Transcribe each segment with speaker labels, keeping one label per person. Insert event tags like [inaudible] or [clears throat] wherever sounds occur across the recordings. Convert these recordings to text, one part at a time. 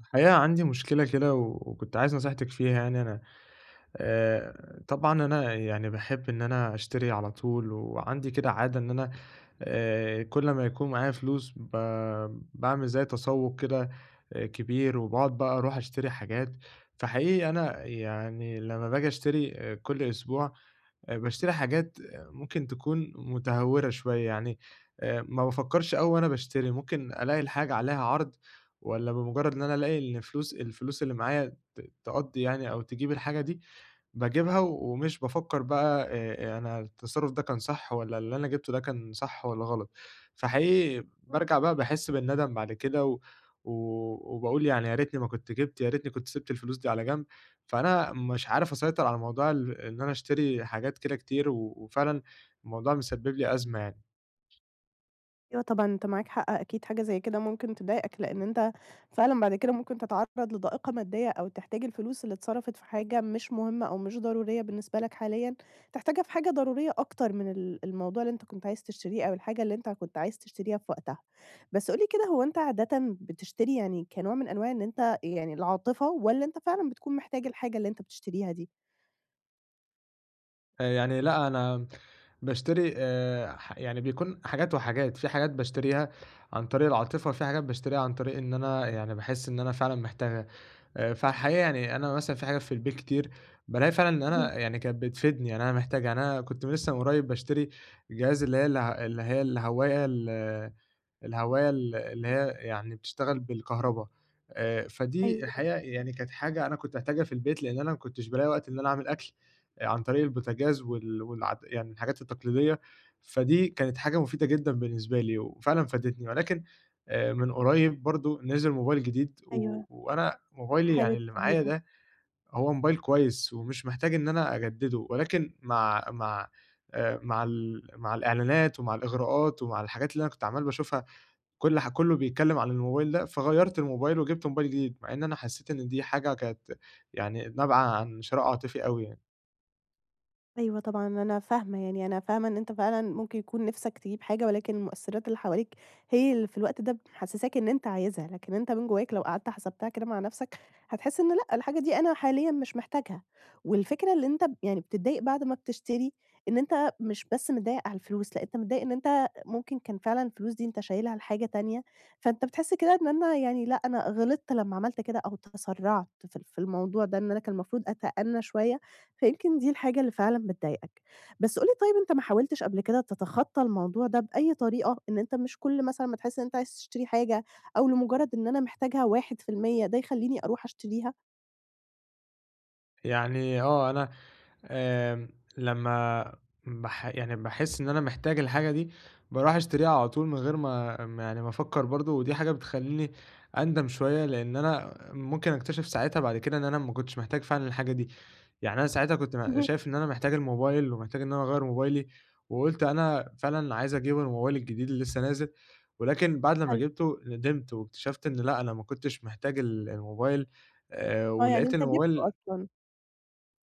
Speaker 1: الحقيقة عندي مشكلة كده و وكنت عايز نصيحتِك فيها يعني أنا طبعًا، أنا يعني باحب إن أنا أشتري على طول، وعندي كده عادة إن أنا كل ما يكون معايا فلوس باعمل زي تسوُّق كده كبير، وباقعد بقى أروح أشتري حاجات. فحقيقي أنا يعني لمّا باجي أشتري كل أسبوع باشتري حاجات. آه، ممكن تكون متهورة شوية، يعني ما بافكّرش أوي وأنا باشتري، ممكن ألاقي الحاجة عليها عرض، والّا بمجرد إن أنا ألاقي إن الفلوس اللي معايا تقضّي يعني أو تجيب الحاجة دي، باجيبها ومش بافكّر بقى أنا التصرُّف ده كان صح، والّا اللي أنا جِبته ده كان صح والّا غلط. فحقيقي
Speaker 2: اهم.
Speaker 1: بارجع بقى باحس بالندم بعد كده و و وباقول يعني يا ريتني ما كنت جِبت، يا ريتني كنت سِبت الفلوس دي على جنب. فأنا مش عارف أسيطر على موضوع ال إن أنا أشتري حاجات كده كتير وفعلًا الموضوع مسبِّب لي أزمة يعني.
Speaker 2: أيوه طبعًا أنت معاك حق، أكيد حاجة زي كده ممكن تضايقك، لإن أنت فعلًا بعد كده ممكن تتعرّض لضائقة مادية أو تحتاج الفلوس اللي اتصرفت في حاجة مش مهمة أو مش ضرورية بالنسبة لك حاليًا، تحتاجها في حاجة ضرورية أكتر من الموضوع اللي أنت كنت عايز تشتريه أو الحاجة اللي أنت كنت عايز تشتريها في وقتها. بس قُل لي كده، هو أنت عادةً بتشتري يعني كنوع من أنواع إن أنت يعني العاطفة، والّا أنت فعلًا بتكون محتاج الحاجة اللي أنت بتشتريها دي؟
Speaker 1: يعني لأ، أنا باشتري يعني بيكون حاجات وحاجات. في حاجات باشتريها عن طريق العاطفة، وفي حاجات باشتريها عن طريق إن أنا يعني باحس إن أنا فعلًا محتاجها. فالحقيقة يعني أنا مثلًا في حاجات في البيت كتير بالاقي فعلًا إن
Speaker 2: اهم.
Speaker 1: أنا يعني كانت بتفيدني، يعني أنا محتاجها. يعني أنا كنت لسه من قريب باشتري جهاز اللي هي اللي هي الهواية اللي هي يعني بتشتغل بالكهربا. فدي
Speaker 2: أيوه،
Speaker 1: الحقيقة يعني كانت حاجة أنا كنت محتاجها في البيت، لإن أنا ما كنتش بالاقي وقت إن أنا أعمل أكل عن طريق البوتاجاز يعني الحاجات التقليدية. فدي كانت حاجة مفيدة جدًا بالنسبة لي وفعلًا فادتني، ولكن من قريب برضه نزل موبايل جديد
Speaker 2: أيوه.
Speaker 1: وأنا موبايلي يعني
Speaker 2: حابب
Speaker 1: اللي معايا
Speaker 2: تجيبه.
Speaker 1: ده هو موبايل كويس ومش محتاج إن أنا أجدّده، ولكن مع مع ال مع الإعلانات ومع الإغراءات ومع الحاجات اللي أنا كنت عمّال باشوفها كل ح كله بيتكلّم عن الموبايل ده. فغيّرت الموبايل وجِبت موبايل جديد، مع إن أنا حسّيت إن دي حاجة كانت يعني نابعة عن شراء عاطفي أوي يعني.
Speaker 2: أيوه طبعًا، أنا فاهمة، يعني أنا فاهمة إن أنت فعلًا ممكن يكون نِفْسك تجيب حاجة، ولكن المؤثِّرات اللي حواليك هي اللي في الوقت ده محسِّساك إن أنت عايزها، لكن أنت من جواك لو قعدت حسبتها كده مع نَفْسك هتحس إن لأ، الحاجة دي أنا حاليًا مش محتاجها. والفكرة اللي أنت يعني بتتضايق بعد ما بتشتري، إن أنت مش بس متضايق على الفلوس، لأ، أنت متضايق إن أنت ممكن كان فعلًا الفلوس دي أنت شايلها لحاجة تانية، فأنت بتحس كده إن أنا يعني لأ، أنا غلطت لما عملت كده أو تسرّعت في الموضوع ده، إن أنا كان المفروض أتأنّى شوية، فيمكن دي الحاجة اللي فعلًا بتضايقك. بس قُل لي، طيب أنت ما حاولتش قبل كده تتخطّى الموضوع ده بأي طريقة، إن أنت مش كل مثلًا ما تحس إن أنت عايز تشتري حاجة أو لمجرد إن أنا محتاجها 1% ده يخلّيني أروح أشتريها؟
Speaker 1: يعني آه، أنا آمم، لمّا يعني باحس إن أنا محتاج الحاجة دي، باروح أشتريها على طول من غير ما يعني ما أفكّر برضه. ودي حاجة بتخلّيني أندم شوية، لإن أنا ممكن أكتشف ساعتها بعد كده إن أنا ما كنتش محتاج فعلًا الحاجة دي. يعني أنا ساعتها كنت
Speaker 2: اهم.
Speaker 1: شايف إن أنا محتاج الموبايل ومحتاج إن أنا أغيّر موبايلي، وقُلت أنا فعلًا عايز أجيب الموبايل الجديد اللي لسه نازل. ولكن بعد لمّا
Speaker 2: حلو،
Speaker 1: جِبته ندمت واكتشفت إن لأ، أنا ما كنتش محتاج الموبايل.
Speaker 2: آه، يعني
Speaker 1: ولقيت
Speaker 2: أنت
Speaker 1: إن
Speaker 2: جِبته
Speaker 1: الموبايل
Speaker 2: أصلًا.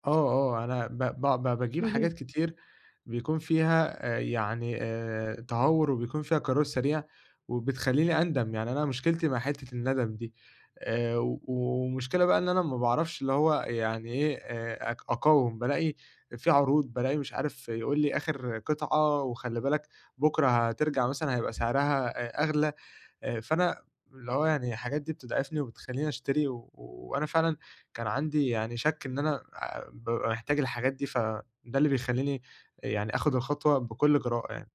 Speaker 1: آه. آه، أنا ب ب ب باجيب حاجات
Speaker 2: اهم.
Speaker 1: كتير بيكون فيها يعني تهور، وبيكون فيها قرار سريع، وبتخلّيني أندم. يعني أنا مشكلتي مع حتّة الندم دي. ومشكلة بقى إن أنا ما باعرفش اللي هو يعني إيه، أقاوم. بالاقي في عروض، بالاقي مش عارف يقول لي آخر قطعة وخلّي بالك بُكرة هترجع مثلًا هيبقى سعرها أغلى. فأنا اللي هو يعني الحاجات دي بتضعفني وبتخلّيني أشتري وأنا فعلًا كان عندي يعني شَك إن أنا بابقى محتاج الحاجات دي، فده اللي بيخلّيني يعني آخُد الخطوة بكل جراءة يعني.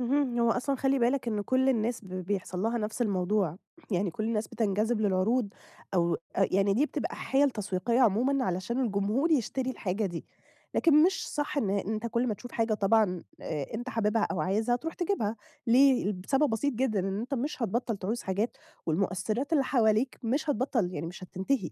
Speaker 2: اهم، هو أصلًا خلّي بالك إن كل الناس بيحصل لها نفس الموضوع، [clears throat] يعني كل الناس بتنجذب للعروض أو أ يعني دي بتبقى حِيَل تسويقية عمومًا علشان الجمهور يشتري الحاجة دي، لكن مش صح إن أنت كل ما تشوف حاجة طبعًا أنت حاببها أو عايزها تروح تجيبها، ليه؟ بسبب بسيط جدًا، إن أنت مش هتبطّل تعوز حاجات والمؤثرات اللي حواليك مش هتبطّل، يعني مش هتنتهي،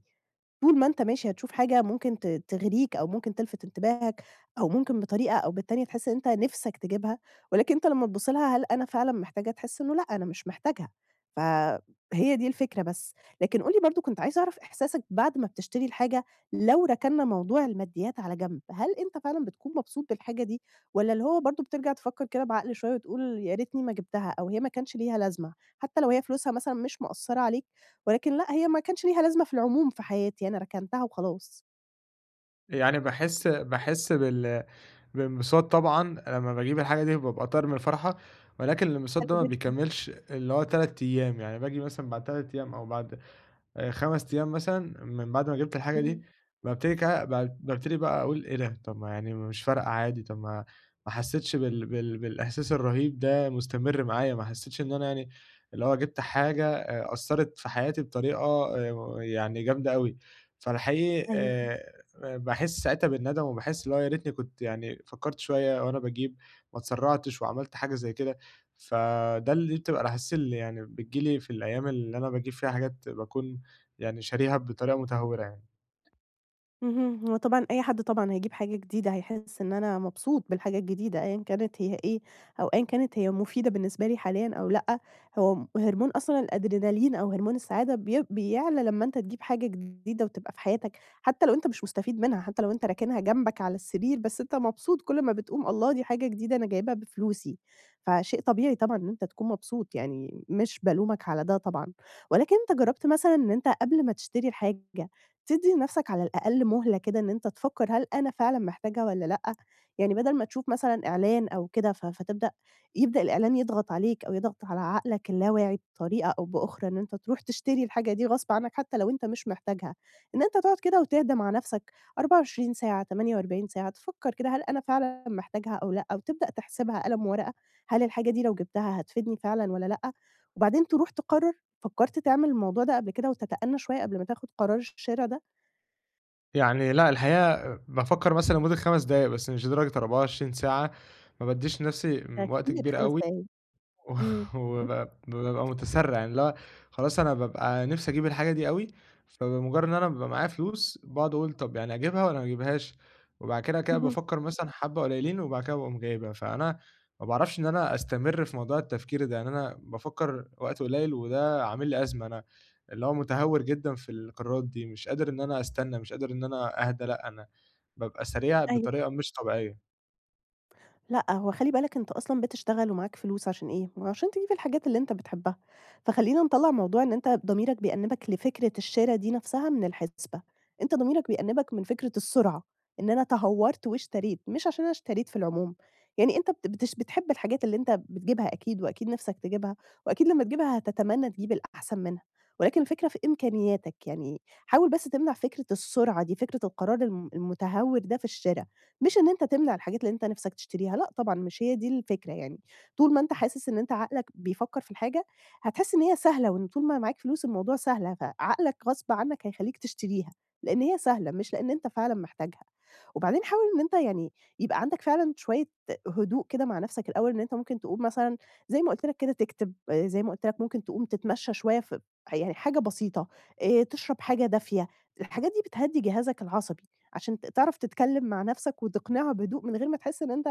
Speaker 2: طول ما أنت ماشي هتشوف حاجة ممكن تغريك أو ممكن تلفت انتباهك أو ممكن بطريقة أو بالتانية تحس إن أنت نِفْسك تجيبها. ولكن أنت لمّا تبُص لها هل أنا فعلًا محتاجها؟ تحس إنه لأ، أنا مش محتاجها، فهي دي الفكرة بس. لكن قُل لي برضه، كنت عايزة أعرف إحساسك بعد ما بتشتري الحاجة، لو ركنّا موضوع الماديات على جنب، هل أنت فعلًا بتكون مبسوط بالحاجة دي والّا اللي هو برضه بترجع تفكّر كده بعقل شوية وتقول يا ريتني ما جِبتها أو هي ما كانش ليها لازمة، حتى لو هي فلوسها مثلًا مش مأثّرة عليك ولكن لأ، هي ما كانش ليها لازمة في العموم في حياتي، أنا ركنتها وخلاص.
Speaker 1: يعني باحس بانبساط طبعًا لمّا باجيب الحاجة دي بابقى طاير من الفرحة، ولكن الانبساط ده
Speaker 2: حلو
Speaker 1: ما
Speaker 2: جدًا.
Speaker 1: بيكمّلش اللي هو 3 أيام. يعني باجي مثلًا بعد 3 أيام أو بعد 5 أيام مثلًا من بعد ما جِبت الحاجة دي،
Speaker 2: اهم.
Speaker 1: بابتدي كا ب بابتدي بقى أقول إيه ده! طب ما يعني مش فارقة عادي، طب ما حسيتش بالإحساس الرهيب ده مستمر معايا، ما حسيتش إن أنا يعني اللي هو جِبت حاجة أثّرت في حياتي بطريقة يعني جامدة أوي. فالحقيقي
Speaker 2: أيوه.
Speaker 1: باحس ساعتها بالندم وباحس اللي هو يا ريتني كنت يعني فكّرت شوية وأنا باجيب، ما اتسرّعتش وعملت حاجة زي كده. فده اللي بتبقى الأحاسيس اللي يعني بتيجي لي في الأيام اللي أنا باجيب فيها حاجات باكون يعني شاريها بطريقة متهورة يعني.
Speaker 2: اهم، هو طبعًا أي حد طبعًا هيجيب حاجة جديدة هيحس إن أنا مبسوط بالحاجة الجديدة أيًا كانت هي إيه، أو أيًا كانت هي مفيدة بالنسبة لي حاليًا أو لأ، هو هرمون أصلًا الأدرينالين أو هرمون السعادة بيعلى لمّا أنت تجيب حاجة جديدة وتبقى في حياتك، حتى لو أنت مش مستفيد منها، حتى لو أنت راكنها جنبك على السرير، بس أنت مبسوط كل ما بتقوم الله دي حاجة جديدة أنا جايبها بفلوسي، فشيء طبيعي طبعًا إن أنت تكون مبسوط، يعني مش بالومك على ده طبعًا، ولكن أنت جرّبت مثلًا إن أنت قبل ما تشتري الحاجة تدّي لنَفْسك على الأقل مهلة كده إن أنت تفكّر هل أنا فعلًا محتاجها والّا لأ، يعني بدل ما تشوف مثلًا إعلان أو كده ف فتبدأ يبدأ الإعلان يضغط عليك أو يضغط على عقلك اللاواعي بطريقة أو بأخرى إن أنت تروح تشتري الحاجة دي غصب عنّك حتى لو أنت مش محتاجها، إن أنت تقعد كده وتهدى مع نَفْسك 24 ساعة، 48 ساعة، تفكّر كده هل أنا فعلًا محتاجها أو لأ، وتبدأ تحسبها قلم وورقة، هل الحاجة دي لو جبتها هتفيدني فعلًا والّا لأ، وبعدين تروح تقرّر. فكّرت تعمل الموضوع ده قبل كده وتتأنّى شوية قبل ما تاخد قرار الشِرا ده؟
Speaker 1: يعني لأ، الحقيقة بافكّر مثلًا لمدة 5 دقايق بس مش لدرجة 24 ساعة. ما بادّيش لنفسي
Speaker 2: ده
Speaker 1: وقت
Speaker 2: كتير
Speaker 1: كبير
Speaker 2: 5
Speaker 1: أوي.
Speaker 2: دقايق. إمم.
Speaker 1: [laughs] وب
Speaker 2: [laughs]
Speaker 1: بابقى متسرع. يعني اللي هو خلاص أنا بابقى نِفْسي أجيب الحاجة دي أوي، فبمجرد إن أنا بابقى معايا فلوس باقعد أقول طَب يعني أجيبها والّا ما أجيبهاش؟ وبعد كده
Speaker 2: اهم.
Speaker 1: بافكّر مثلًا حبّة قليلين وبعد كده باقوم جايبها. فأنا ما باعرفش إن أنا أستمر في موضوع التفكير ده، يعني أنا بافكّر وقت قليل وده عامل لي أزمة. أنا اللي هو متهور جدًا في القرارات دي، مش قادر إن أنا أستنى، مش قادر إن أنا أهدى، لأ أنا بابقى سريع
Speaker 2: أيوه.
Speaker 1: بطريقة مش طبيعية.
Speaker 2: لأ، هو خلّي بالك أنت أصلًا بتشتغل ومعاك فلوس عشان إيه؟ ما هو عشان تجيب الحاجات اللي أنت بتحبها، فخلّينا نطلّع موضوع إن أنت ضميرك بيأنِّبك لفكرة الشِرا دي نفسها من الحسبة، أنت ضميرك بيأنِّبك من فكرة السرعة، إن أنا تهوّرت واشتريت، مش عشان أنا اشتريت في العموم، يعني أنت بت بتش بتحب الحاجات اللي أنت بتجيبها أكيد، وأكيد نِفْسك تجيبها، وأكيد لمّا تجيبها هتتمنى تجيب الأحسن منها، ولكن الفكرة في إمكانياتك، يعني حاول بس تمنع فكرة السرعة دي، فكرة القرار المتهور ده في الشِرا، مش إن أنت تمنع الحاجات اللي أنت نِفْسك تشتريها، لأ طبعًا مش هي دي الفكرة يعني، طول ما أنت حاسس إن أنت عقلك بيفكّر في الحاجة، هتحس إن هي سهلة وإن طول ما معاك فلوس الموضوع سهلة، فعقلك غصب عنّك هيخلّيك تشتريها، لإن هي سهلة مش لإن أنت فعلًا محتاجها. وبعدين حاول إن أنت يعني يبقى عندك فعلًا شوية هدوء كده مع نَفْسك الأول، إن أنت ممكن تقوم مثلًا زي ما قُلت لك كده تكتب، زي ما قُلت لك ممكن تقوم تتمشّى شوية في يعني حاجة بسيطة، تشرب حاجة دافية، الحاجات دي بتهدّي جهازك العصبي. عشان تعرف تتكلّم مع نَفْسك وتقنعها بهدوء من غير ما تحس إن أنت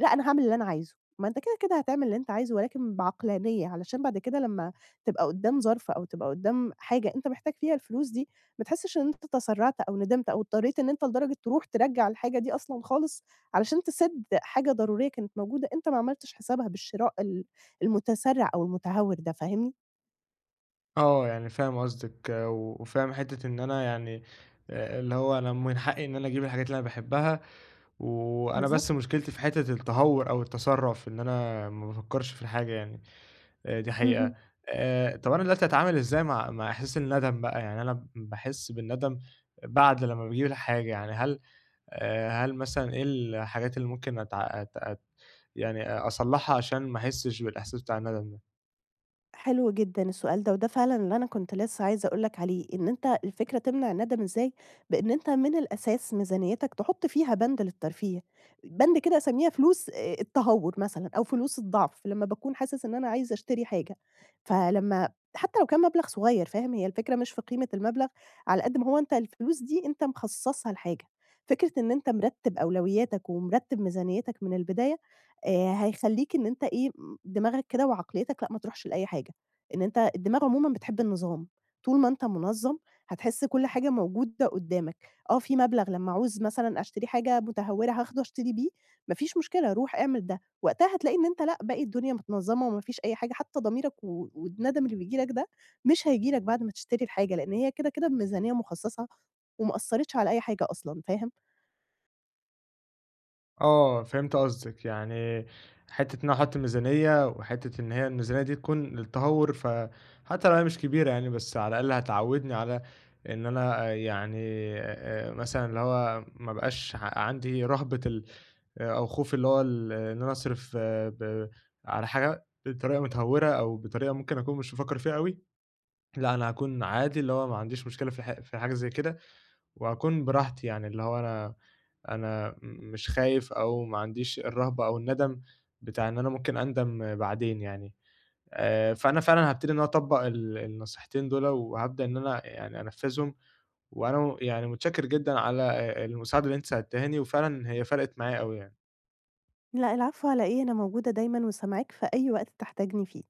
Speaker 2: لأ أنا هاعمل اللي أنا عايزه، ما أنت كده، كده هتعمل اللي أنت عايزه ولكن بعقلانية، علشان بعد كده لمّا تبقى قدّام ظرف أو تبقى قدّام حاجة أنت محتاج فيها الفلوس دي، ما تحسّش إن أنت تسرّعت أو ندمت أو اضطريت إن أنت لدرجة تروح ترجّع الحاجة دي أصلًا خالص علشان تسِد حاجة ضرورية كانت موجودة أنت ما عملتش حسابها بالشراء المتسرّع أو المتهور ده، فاهمني؟
Speaker 1: آه، يعني فاهم قصدِك آه، وفاهم حتّة إن أنا يعني اللي هو أنا من حقّي إن أنا أجيب الحاجات اللي أنا باحبّها، وأنا
Speaker 2: بالضبط.
Speaker 1: بس مشكلتي في حتّة التهوّر أو التسرّع إن أنا ما بافكّرش في الحاجة يعني دي حقيقة.
Speaker 2: اهم.
Speaker 1: طب أنا دلوقتي أتعامل إزاي مع إحساس الندم بقى؟ يعني أنا باحس بالندم بعد لمّا باجيب الحاجة. يعني هل هل مثلًا إيه الحاجات اللي ممكن أتع أت أت يعني أصلّحها عشان ما أحسّش بالإحساس بتاع الندم ده؟
Speaker 2: حلو جدًا السؤال ده، وده فعلًا اللي أنا كنت لسه عايزة أقول لك عليه، إن أنت الفكرة تمنع الندم إزاي، بإن أنت من الأساس ميزانيتك تحط فيها بند للترفيه، بند كده أسميها فلوس التهور مثلًا أو فلوس الضعف، لمّا باكون حاسس إن أنا عايزة أشتري حاجة، فلمّا حتى لو كان مبلغ صغير فاهم، هي الفكرة مش في قيمة المبلغ على قد ما هو أنت الفلوس دي أنت مخصصها لحاجة، فكرة إن أنت مرتب أولوياتك ومرتب ميزانيتك من البداية هيخلّيك إن أنت إيه، دماغك كده وعقليتك لأ ما تروحش لأي حاجة، إن أنت الدماغ عمومًا بتحب النظام، طول ما أنت منظّم هتحس كل حاجة موجودة قدّامك، آه في مبلغ لمّا أعوز مثلًا أشتري حاجة متهورة هاخده أشتري بيه، ما فيش مشكلة روح اعمل ده، وقتها هتلاقي إن أنت لأ باقي الدنيا متنظّمة وما فيش أي حاجة، حتى ضميرك والندم اللي بييجي لك ده مش هييجي لك بعد ما تشتري الحاجة، لإن هي كده، كده بميزانية مخصصة وما أثّرتش على أي حاجة أصلًا، فاهم؟
Speaker 1: آه، فهمت قصدِك. يعني حتّة إن أنا أحُط ميزانية وحتّة إن هي الميزانية دي تكون للتهوّر، فحتّى لو هي مش كبيرة يعني بس على الأقل هتعوّدني على إن أنا آه، يعني مثلًا اللي هو ما أبقاش عندي رهبة آه، أو خوف اللي هو آه، إن أنا أصرف آه، على حاجة بطريقة متهوّرة أو بطريقة ممكن أكون مش بافكّر فيها أوي، لأ، أنا هاكون عادي اللي هو ما عنديش مشكلة في في حاجة زي كده. وأكون براحتي، يعني اللي هو أنا مش خايف أو ما عنديش الرهبة أو الندم بتاع إن أنا ممكن أندم بعدين يعني. فأنا فعلًا هابتدي إن أنا أطبّق النصيحتين دُولة، وهابدأ إن أنا يعني أنفّذهم، وأنا يعني متشكر جدًا على المساعدة اللي أنتِ ساعدتيهاني، وفعلًا هي فرقت معايا أوي يعني.
Speaker 2: لأ العفو على إيه، أنا موجودة دايمًا وسامعاك في أي وقت تحتاجني فيه.